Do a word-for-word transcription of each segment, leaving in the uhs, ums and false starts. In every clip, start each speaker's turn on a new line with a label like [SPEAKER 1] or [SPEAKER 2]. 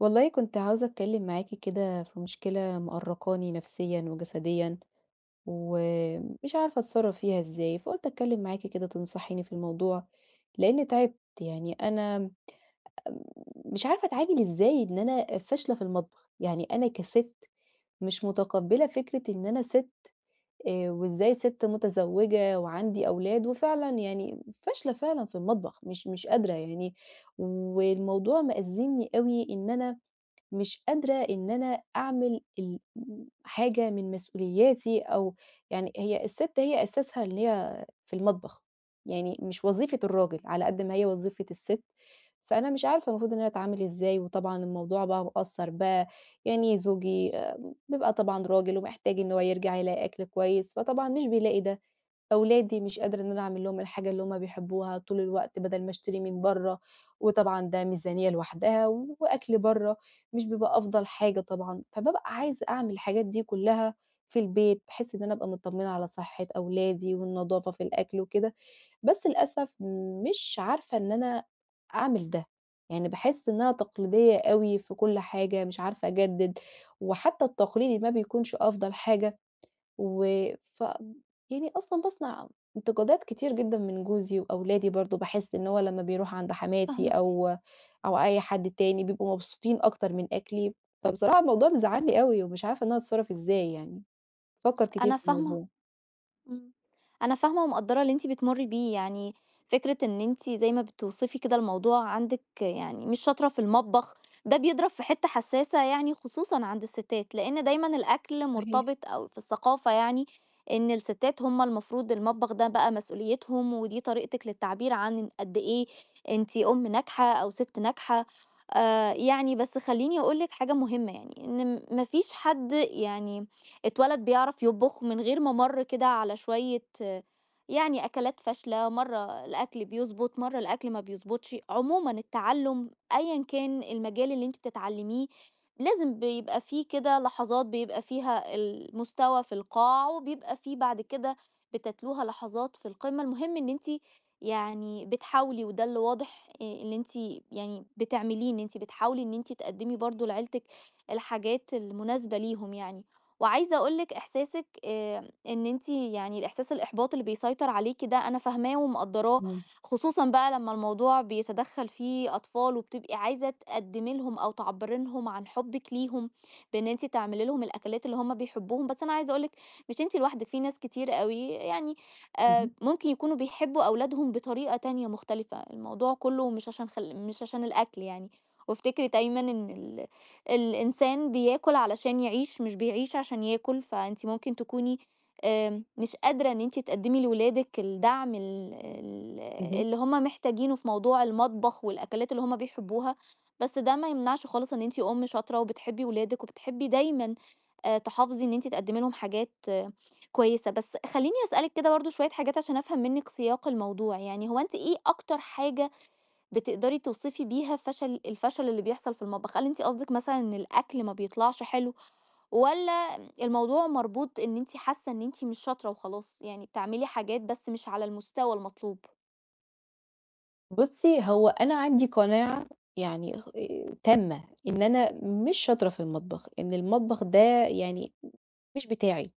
[SPEAKER 1] والله كنت عاوزة أتكلم معاكِ كده في مشكلة مأرّقاني نفسيًا وجسديًا، ومش عارفة أتصرّف فيها إزاي، فقُلت أتكلم معاكِ كده تنصحيني في الموضوع، لإني تعبت. يعني أنا م مش عارفة أتعامل إزاي إن أنا فاشلة في المطبخ. يعني أنا كسِت مش متقبّلة فكرة إن أنا سِت. آآ، وإزاي سِت متزوّجة وعندي أولاد وفعلًا يعني فاشلة فعلًا في المطبخ، مش مش قادرة يعني. والموضوع مأزّمني أوي إن أنا مش قادرة إن أنا أعمل ال حاجة من مسؤولياتي أو يعني هي الست هي أساسها اللي هي في المطبخ، يعني مش وظيفة الراجل على قد ما هي وظيفة الست. فأنا مش عارفة المفروض إن أنا أتعامل إزاي، وطبعًا الموضوع بقى مأثّر بقى. يعني زوجي آآ بيبقى طبعًا راجل ومحتاج إن هو يرجع يلاقي أكل كويس، فطبعًا مش بيلاقي ده. أولادي مش قادرة إن أنا أعمل لهم الحاجة اللي هُم بيحبوها طول الوقت بدل ما أشتري من برّه، وطبعًا ده ميزانية لوحدها. وأكل برّه مش بيبقى أفضل حاجة طبعًا، فبابقى عايزة أعمل الحاجات دي كلّها في البيت، بحيث إن أنا أبقى متطمنة على صحة أولادي والنضافة في الأكل وكده. بس للأسف مش عارفة إن أنا أعمل ده. يعني باحس إن أنا تقليدية أوي في كل حاجة، مش عارفة أجدد، وحتى التقليدي ما بيكونش أفضل حاجة. و ف يعني أصلًا باسمع انتقادات كتير جدًا من جوزي وأولادي برضه، باحس إن هو لمّا بيروح عند حماتي
[SPEAKER 2] فاهمة،
[SPEAKER 1] أو أو أي حد تاني بيبقوا مبسوطين أكتر من أكلي. فبصراحة الموضوع مزعّلني أوي ومش عارفة إن أنا أتصرّف إزاي يعني، بافكّر كتير
[SPEAKER 2] أنا
[SPEAKER 1] في
[SPEAKER 2] فاهمة
[SPEAKER 1] الموضوع.
[SPEAKER 2] إمم، أنا فاهمة ومقدّرة اللي أنتِ بتمُرّي بيه، يعني فكرة إن أنتِ زي ما بتوصفي كده الموضوع عندِك يعني مش شاطرة في المطبخ، ده بيضرب في حتّة حسّاسة يعني خصوصًا عند الستات، لإن دايمًا الأكل
[SPEAKER 1] صحيح.
[SPEAKER 2] مرتبط أو في الثقافة يعني إن الستات هُم المفروض المطبخ ده بقى مسؤوليتهم، ودي طريقتِك للتعبير عن قد إيه أنتِ أم ناجحة أو سِت ناجحة، آآ يعني بس خلّيني أقول لِك حاجة مهمة يعني، إن ما فيش حد يعني اتولد بيعرف يطبخ من غير ما مَر كده على شوية آه، يعني أكلات فاشلة، مرّة الأكل بيضبط، مرّة الأكل ما بيضبطش. عمومًا التعلُّم أيًا كان المجال اللي أنتِ بتتعلّميه، لازم بيبقى فيه كده لحظات بيبقى فيها المستوى في القاع، وبيبقى فيه بعد كده بتتلوها لحظات في القمة. المهم إن أنتِ يعني بتحاولي وده اللي واضح آآ اللي أنتِ يعني بتعمليه، إن أنتِ بتحاولي إن أنتِ تقدّمي برضه لعيلتِك الحاجات المناسبة ليهم يعني. وعايزة أقول لِك إحساسِك آآ إن أنتِ يعني الإحساس الإحباط اللي بيسيطر عليكِ ده أنا فاهماه ومقدّراه،
[SPEAKER 1] إمم.
[SPEAKER 2] خصوصًا بقى لمّا الموضوع بيتدخّل فيه أطفال وبتبقي عايزة تقدّمي لهم أو تعبّري لهم عن حُبِّك ليهم، بإن أنتِ تعملي لهم الأكلات اللي هُم بيحبوهم، بس أنا عايزة أقول لِك مش أنتِ لوحدِك، في ناس كتير أوي يعني آآ
[SPEAKER 1] اهم،
[SPEAKER 2] ممكن يكونوا بيحبوا أولادهم بطريقة تانية مختلفة، الموضوع كُلّه مش عشان خل مش عشان الأكل يعني، وافتكري دايمًا إن ال الإنسان بياكل علشان يعيش، مش بيعيش عشان ياكل، فأنتِ ممكن تكوني آمم، مش قادرة إن أنتِ تقدّمي لولادِك الدعم ال ال
[SPEAKER 1] اهم.
[SPEAKER 2] اللي هم محتاجينه في موضوع المطبخ والأكلات اللي هم بيحبوها، بس ده ما يمنعش خالص إن أنتِ أم شاطرة وبتحبي ولادِك وبتحبي دايمًا آآ، تحافظي إن أنتِ تقدّمي لهم حاجات آه، كويسة. بس خلّيني أسألِك كده برضه شوية حاجات عشان أفهم منِّك سياق الموضوع، يعني هو أنتِ إيه أكتر حاجة بتقدري توصفي بيها فشل الفشل اللي بيحصل في المطبخ، هل أنتِ قصدِك مثلًا إن الأكل ما بيطلعش حلو، والّا الموضوع مربوط إن أنتِ حاسة إن أنتِ مش شاطرة وخلاص، يعني بتعملي حاجات بس مش على المستوى المطلوب؟
[SPEAKER 1] بُصّي، هو أنا عندي قناعة يعني غ تامة إن أنا مش شاطرة في المطبخ، إن المطبخ ده يعني مش بتاعي.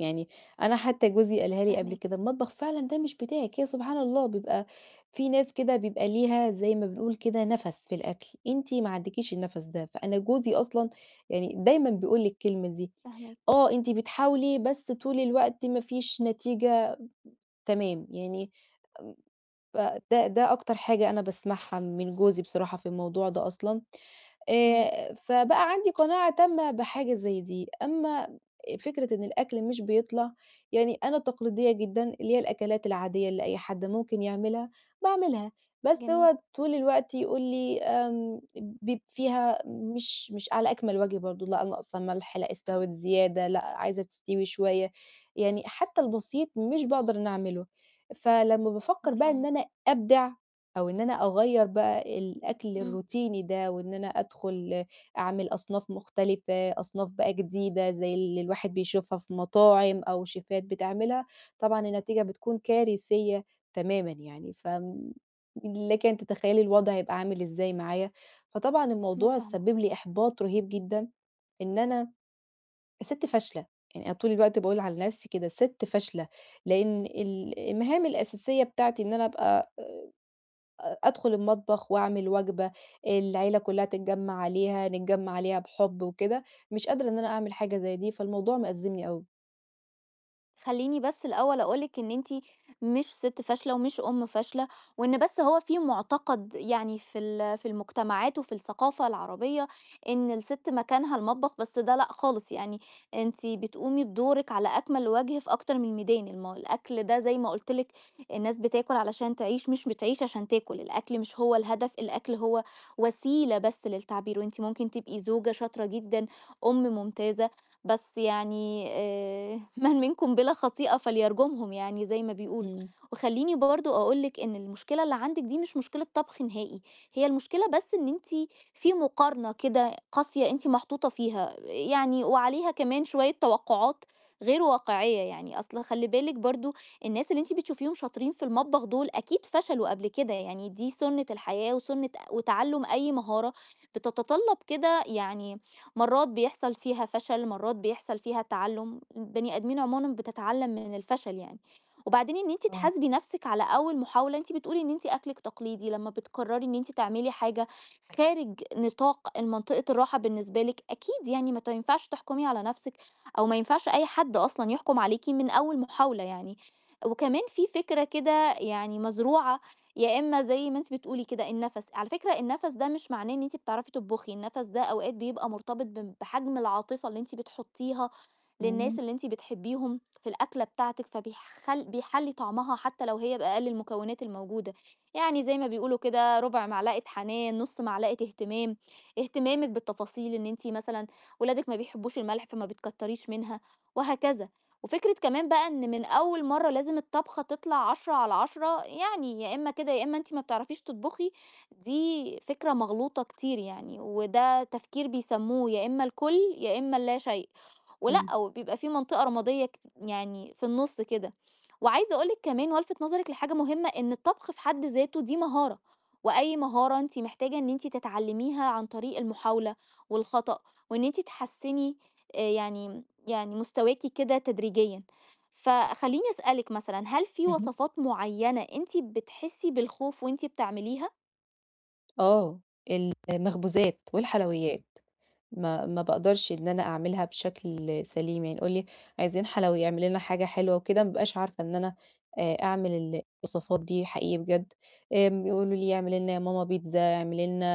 [SPEAKER 1] يعني أنا حتى جوزي قالها لي قبل
[SPEAKER 2] فاهماكِ،
[SPEAKER 1] كده: "المطبخ فعلًا ده مش بتاعِك". هي سبحان الله بيبقى في ناس كده بيبقى ليها زي ما بنقول كده نَفَس في الأكل، أنتِ ما عندكيش النَفَس ده. فأنا جوزي أصلًا يعني دايمًا بيقول لي الكلمة دي.
[SPEAKER 2] فاهماكِ.
[SPEAKER 1] آه، أنتِ بتحاولي بس طول الوقت ما فيش نتيجة تمام، يعني فده ده أكتر حاجة أنا باسمعها من جوزي بصراحة في الموضوع ده أصلًا.
[SPEAKER 2] إمم.
[SPEAKER 1] آآ، فبقى عندي قناعة تامة بحاجة زي دي. أمّا فكرة إن الأكل مش بيطلع، يعني أنا تقليدية جدًا اللي هي الأكلات العادية اللي أي حد ممكن يعملها، باعملها، بس
[SPEAKER 2] جميل.
[SPEAKER 1] هو طول الوقت يقول لي آمم، بيب فيها مش مش على أكمل وجه برضه، لأ ناقصة ملح، لأ استوت زيادة، لأ عايزة تستوي شوية. يعني حتى البسيط مش باقدر إن أعمله. فلمّا بافكر
[SPEAKER 2] لأ،
[SPEAKER 1] بقى إن
[SPEAKER 2] فاهمة.
[SPEAKER 1] أنا أبدع أو إن أنا أغيّر بقى الأكل
[SPEAKER 2] إمم.
[SPEAKER 1] الروتيني ده، وإن أنا أدخل أعمل أصناف مختلفة، أصناف بقى جديدة زي اللي الواحد بيشوفها في مطاعم أو شيفات بتعملها، طبعًا النتيجة بتكون كارثية تمامًا يعني. فم لكِ أن تتخيلي الوضع هيبقى عامل إزاي معايا. فطبعًا
[SPEAKER 2] أنا
[SPEAKER 1] الموضوع
[SPEAKER 2] فاهمة.
[SPEAKER 1] سبِّب لي إحباط رهيب جدًا إن أنا سِت فاشلة. يعني أنا طول الوقت باقول على نفسي كده سِت فاشلة، لإن ال المهام الأساسية بتاعتي إن أنا أبقى أ أدخل المطبخ وأعمل وجبة، العيلة كلّها تتجمّع عليها، نتجمّع عليها بحُب وكده. مش قادرة إن أنا أعمل حاجة زي دي، فالموضوع مأزّمني أوي.
[SPEAKER 2] خلّيني بس الأول أقول لِك إن أنتِ مش سِت فاشلة ومش أم فاشلة، وإن بس هو في مُعتقد يعني في ال في المجتمعات وفي الثقافة العربية إن السِت مكانها المطبخ، بس ده لأ خالص، يعني أنتِ بتقومي بدورِك على أكمل وجه في أكتر من ميدان، الم الأكل ده زي ما قُلت لِك الناس بتاكل علشان تعيش، مش بتعيش عشان تاكل، الأكل مش هو الهدف، الأكل هو وسيلة بس للتعبير، وأنتِ ممكن تبقي زوجة شاطرة جدًا، أم ممتازة. بس يعني آآ "من منكم بلا خطيئة فليرجمهم" يعني زي ما بيقولوا.
[SPEAKER 1] إمم.
[SPEAKER 2] وخلّيني برضه أقول لِك إن المشكلة اللي عندِك دي مش مشكلة طبخ نهائي، هي المشكلة بس إن أنتِ في مقارنة كده قاسية أنتِ محطوطة فيها، يعني وعليها كمان شوية توقعات غير واقعية يعني، أصل خلّي بالِك برضه الناس اللي أنتِ بتشوفيهم شاطرين في المطبخ دول أكيد فشلوا قبل كده، يعني دي سُنّة الحياة وسُنّة وتعلُّم أي مهارة بتتطلب كده يعني مرات بيحصل فيها فشل، مرات بيحصل فيها تعلُّم، البني آدمين عمومًا بتتعلّم من الفشل يعني. وبعدين إن أنتِ
[SPEAKER 1] آه.
[SPEAKER 2] تحاسبي نَفْسِك على أول محاولة، أنتِ بتقولي إن أنتِ أكلِك تقليدي، لمّا بتقرّري إن أنتِ تعملي حاجة خارج نطاق المنطقة الراحة بالنسبة لِك، أكيد يعني ما ت ما ينفعش تحكمي على نَفْسِك أو ما ينفعش أي حد أصلًا يحكم عليكِ من أول محاولة يعني. وكمان في فكرة كده يعني مزروعة يا إمّا زي ما أنتِ بتقولي كده النَفَس، على فكرة النَفَس ده مش معناه إن أنتِ بتعرفي تطبخي، النَفَس ده أوقات بيبقى مرتبط ب بحجم العاطفة اللي أنتِ بتحطّيها
[SPEAKER 1] إمم،
[SPEAKER 2] للناس اللي أنتِ بتحبّيهم في الأكلة بتاعتِك، فبيخل بيحلّي طعمها حتى لو هي بأقل المكونات الموجودة، يعني زي ما بيقولوا كده رُبع معلقة حنان، نُص معلقة اهتمام، اهتمامِك بالتفاصيل إن أنتِ مثلًا ولادِك ما بيحبّوش الملح فما بتكتّريش منها وهكذا. وفكرة كمان بقى إن من أول مرّة لازم الطبخة تطلع عشرة على عشرة يعني يا إمّا كده يا إمّا أنتِ ما بتعرفيش تطبخي، دي فكرة مغلوطة كتير يعني، وده تفكير بيسموه يا إمّا الكُل يا إمّا اللا شيء.
[SPEAKER 1] إمم،
[SPEAKER 2] ولأ، وبيبقى في منطقة رمادية ك يعني في النُص كده. وعايزة أقول لِك كمان وألفِت نظرِك لحاجة مهمة، إن الطبخ في حد ذاته دي مهارة، وأي مهارة أنتِ محتاجة إن أنتِ تتعلميها عن طريق المحاولة والخطأ، وإن أنتِ تحسّني آآ يعني يعني مستواكِ كده تدريجيًا. فخلّيني أسألِك مثلًا، هل في
[SPEAKER 1] اهم.
[SPEAKER 2] وصفات معيّنة أنتِ بتحسّي بالخوف وأنتِ بتعمليها؟
[SPEAKER 1] آه، المخبوزات والحلويات. ما ما باقدرش إن أنا أعملها بشكل سليم. يعني قُل لي عايزين حلوي اعمل لنا حاجة حلوة وكده، ما بابقاش عارفة إن أنا آآ أعمل ال الوصفات دي حقيقي بجد. آمم يقولوا لي اعملي لنا يا ماما بيتزا، اعملي لنا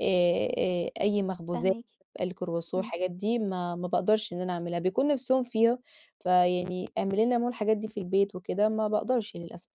[SPEAKER 1] آآ آآ أي مخبوزات،
[SPEAKER 2] فاهماكِ.
[SPEAKER 1] الكرواسون
[SPEAKER 2] إمم.
[SPEAKER 1] الحاجات دي ما ما باقدرش إن أنا أعملها، بيكون نِفْسهم فيها. فيعني اعملي لنا يا ماما الحاجات دي في البيت وكده، ما باقدرش للأسف.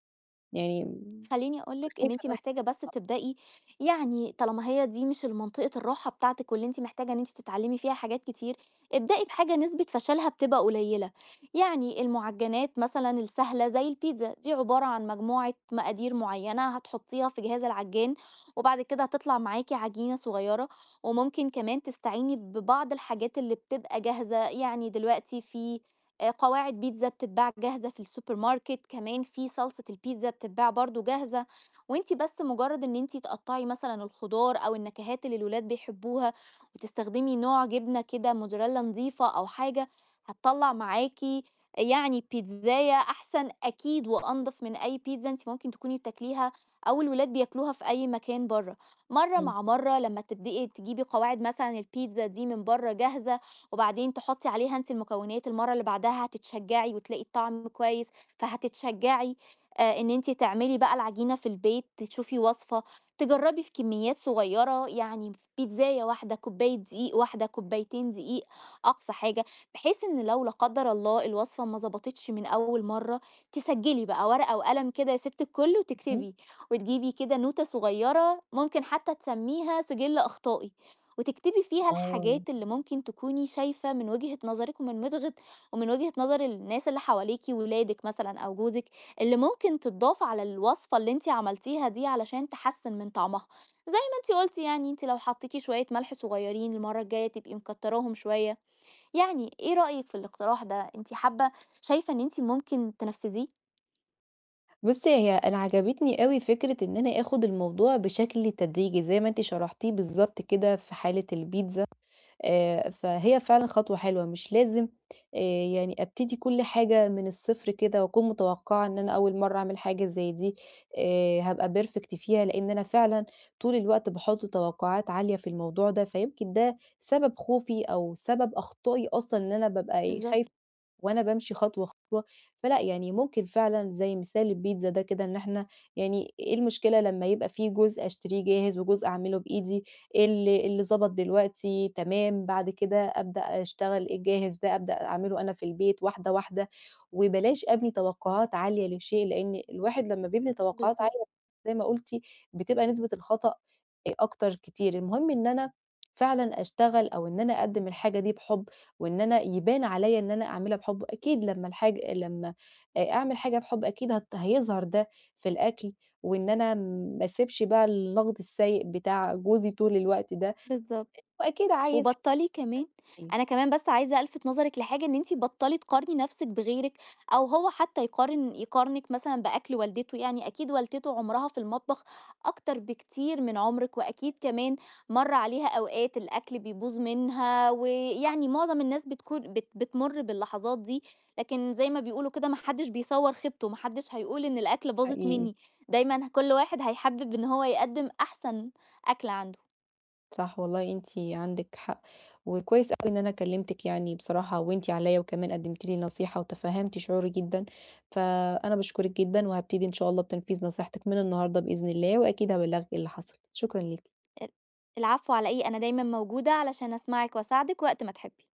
[SPEAKER 1] يعني
[SPEAKER 2] خلّيني أقول
[SPEAKER 1] بابقى
[SPEAKER 2] لِك إن
[SPEAKER 1] خايفة
[SPEAKER 2] أنتِ
[SPEAKER 1] إن أنا.
[SPEAKER 2] محتاجة بس تبدئي يعني طالما هي دي مش المنطقة الراحة بتاعتِك واللي أنتِ محتاجة إن أنتِ تتعلّمي فيها حاجات كتير، ابدئي بحاجة نسبة فشلها بتبقى قليلة، يعني المعجنات مثلًا السهلة زي البيتزا، دي عبارة عن مجموعة مقادير معيّنة هتحطّيها في جهاز العجّان، وبعد كده هتطلع معاكِ عجينة صغيّرة، وممكن كمان تستعيني ببعض الحاجات اللي بتبقى جاهزة، يعني دلوقتي في آه، قواعد بيتزا بتتباع جاهزة في السوبر ماركت كمان في صلصة البيتزا بتتباع برضو جاهزة وانتي بس مجرد ان انتي تقطعي مثلا الخضار او النكهات اللي الولاد بيحبوها وتستخدمي نوع جبنة كده موزاريلا نظيفة او حاجة هتطلع معاكي يعني بيتزاية احسن اكيد وانضف من اي بيتزا انتي ممكن تكوني بتاكليها او الولاد بياكلوها في اي مكان بره مرة
[SPEAKER 1] إمم،
[SPEAKER 2] مع مرة لما تبدأي تجيبي قواعد مثلا البيتزا دي من بره جاهزة وبعدين تحطي عليها أنتِ المكونات، المرّة اللي بعدها هتتشجّعي وتلاقي الطعم كويس، فهتتشجّعي آآ إن أنتِ تعملي بقى العجينة في البيت، تشوفي وصفة، تجرّبي في كميات صغيّرة، يعني ف بيتزاية واحدة، كوباية دقيق واحدة، كوبايتين دقيق أقصى حاجة، بحيث إن لو لا قدّر الله الوصفة ما ضبطتش من أول مرّة، تسجّلي بقى ورقة وقلم كده يا سِت الكل
[SPEAKER 1] إمم.
[SPEAKER 2] وتكتبي، وتجيبي كده نوتة صغيّرة ممكن حتى تسمّيها سجِل أخطائي. وتكتبي فيها
[SPEAKER 1] آه.
[SPEAKER 2] الحاجات اللي ممكن تكوني شايفة من وجهة نظرِك ومن وجهة ومن وجهة نظر الناس اللي حواليكِ، ولادِك مثلًا أو جوزِك، اللي ممكن تتضاف على الوصفة اللي أنتِ عملتيها دي علشان تحسِّن من طعمها. زي ما أنتِ قُلتِ يعني أنتِ لو حطيتِ شوية ملح صغيرين، المرة الجاية تبقي مكتراهم شوية. يعني إيه رأيِك في الاقتراح ده؟ أنتِ حابة شايفة إن أنتِ ممكن تنفذيه؟
[SPEAKER 1] بُصّي، هي أنا عجبتني أوي فكرة إن أنا آخُد الموضوع بشكل تدريجي زي ما أنتِ شرحتيه بالضبط كده في حالة البيتزا. آآ فهي فعلًا خطوة حلوة، مش لازم آآ يعني أبتدي كل حاجة من الصفر كده وأكون متوقّعة إن أنا أول مرّة أعمل حاجة زي دي آآ هابقى perfect فيها، لإن أنا فعلًا طول الوقت باحُط توقُّعات عالية في الموضوع ده، فيمكن ده سبب خوفي أو سبب أخطائي أصلًا إن أنا بابقى إيه، خايفة.
[SPEAKER 2] بالضبط،
[SPEAKER 1] وأنا بامشي خطوة، خطوة. فلأ يعني ممكن فعلًا زي مثال البيتزا ده كده، إن إحنا يعني إيه المشكلة لمّا يبقى في جزء أشتريه جاهز وجزء أعمله بإيدي، إيه اللي إيه اللي ضبط دلوقتي تمام، بعد كده أبدأ أشتغل إيه الجاهز ده أبدأ أعمله أنا في البيت واحدة، واحدة. وبلاش أبني توقعات عالية للشيء، لإن الواحد لمّا بيبني توقعات
[SPEAKER 2] بالضبط،
[SPEAKER 1] عالية زي ما قُلتِ بتبقى نسبة الخطأ أ أكتر كتير. المهم إن أنا فعلًا أشتغل أو إن أنا أقدّم الحاجة دي بحُب. وإن أنا يبان عليَّ إن أنا أعملها بحُب، أكيد لمّا الحاج لمّا آآ أعمل حاجة بحُب أكيد هت هيظهر ده في الأكل. وإن أنا ما اسيبش بقى النقد السيء بتاع جوزي طول الوقت ده.
[SPEAKER 2] بالضبط.
[SPEAKER 1] وأكيد عايز
[SPEAKER 2] وبطّلي كمان
[SPEAKER 1] حاجتي
[SPEAKER 2] أنا كمان بس عايزة ألفت نظرِك لحاجة، إن أنتِ بطّلي تقارني نَفْسِك بغيرِك، أو هو حتى يقارن يقارنِك مثلًا بأكل والدته، يعني أكيد والدته عُمرها في المطبخ أكتر بكتير من عُمرِك، وأكيد كمان مَر عليها أوقات الأكل بيبوظ منها، ويعني معظم الناس بتكون بت بتمُر باللحظات دي، لكن زي ما بيقولوا كده ما حدّش بيصوّر خيبته، ما حدّش هيقول إن الأكلة باظت
[SPEAKER 1] حقيقي،
[SPEAKER 2] مني، دايمًا كل واحد هيحبّب إن هو يقدّم أحسن أكل عنده.
[SPEAKER 1] صح والله أنتِ عندِك حق. وكويس أوي إن أنا كلمتِك يعني بصراحة وأنتِ عليَّ، وكمان قدمتِ لي نصيحة وتفهّمتِ شعوري جدًا. فأنا باشكرِك جدًا، وهابتدي إن شاء الله بتنفيذ نصيحتِك من النهارده بإذن الله، وأكيد هابلّغِك إيه اللي حصل. شكرًا ليكِ.
[SPEAKER 2] ال العفو على إيه، أنا دايمًا موجودة علشان أسمعِك وأساعدِك وقت ما تحبي.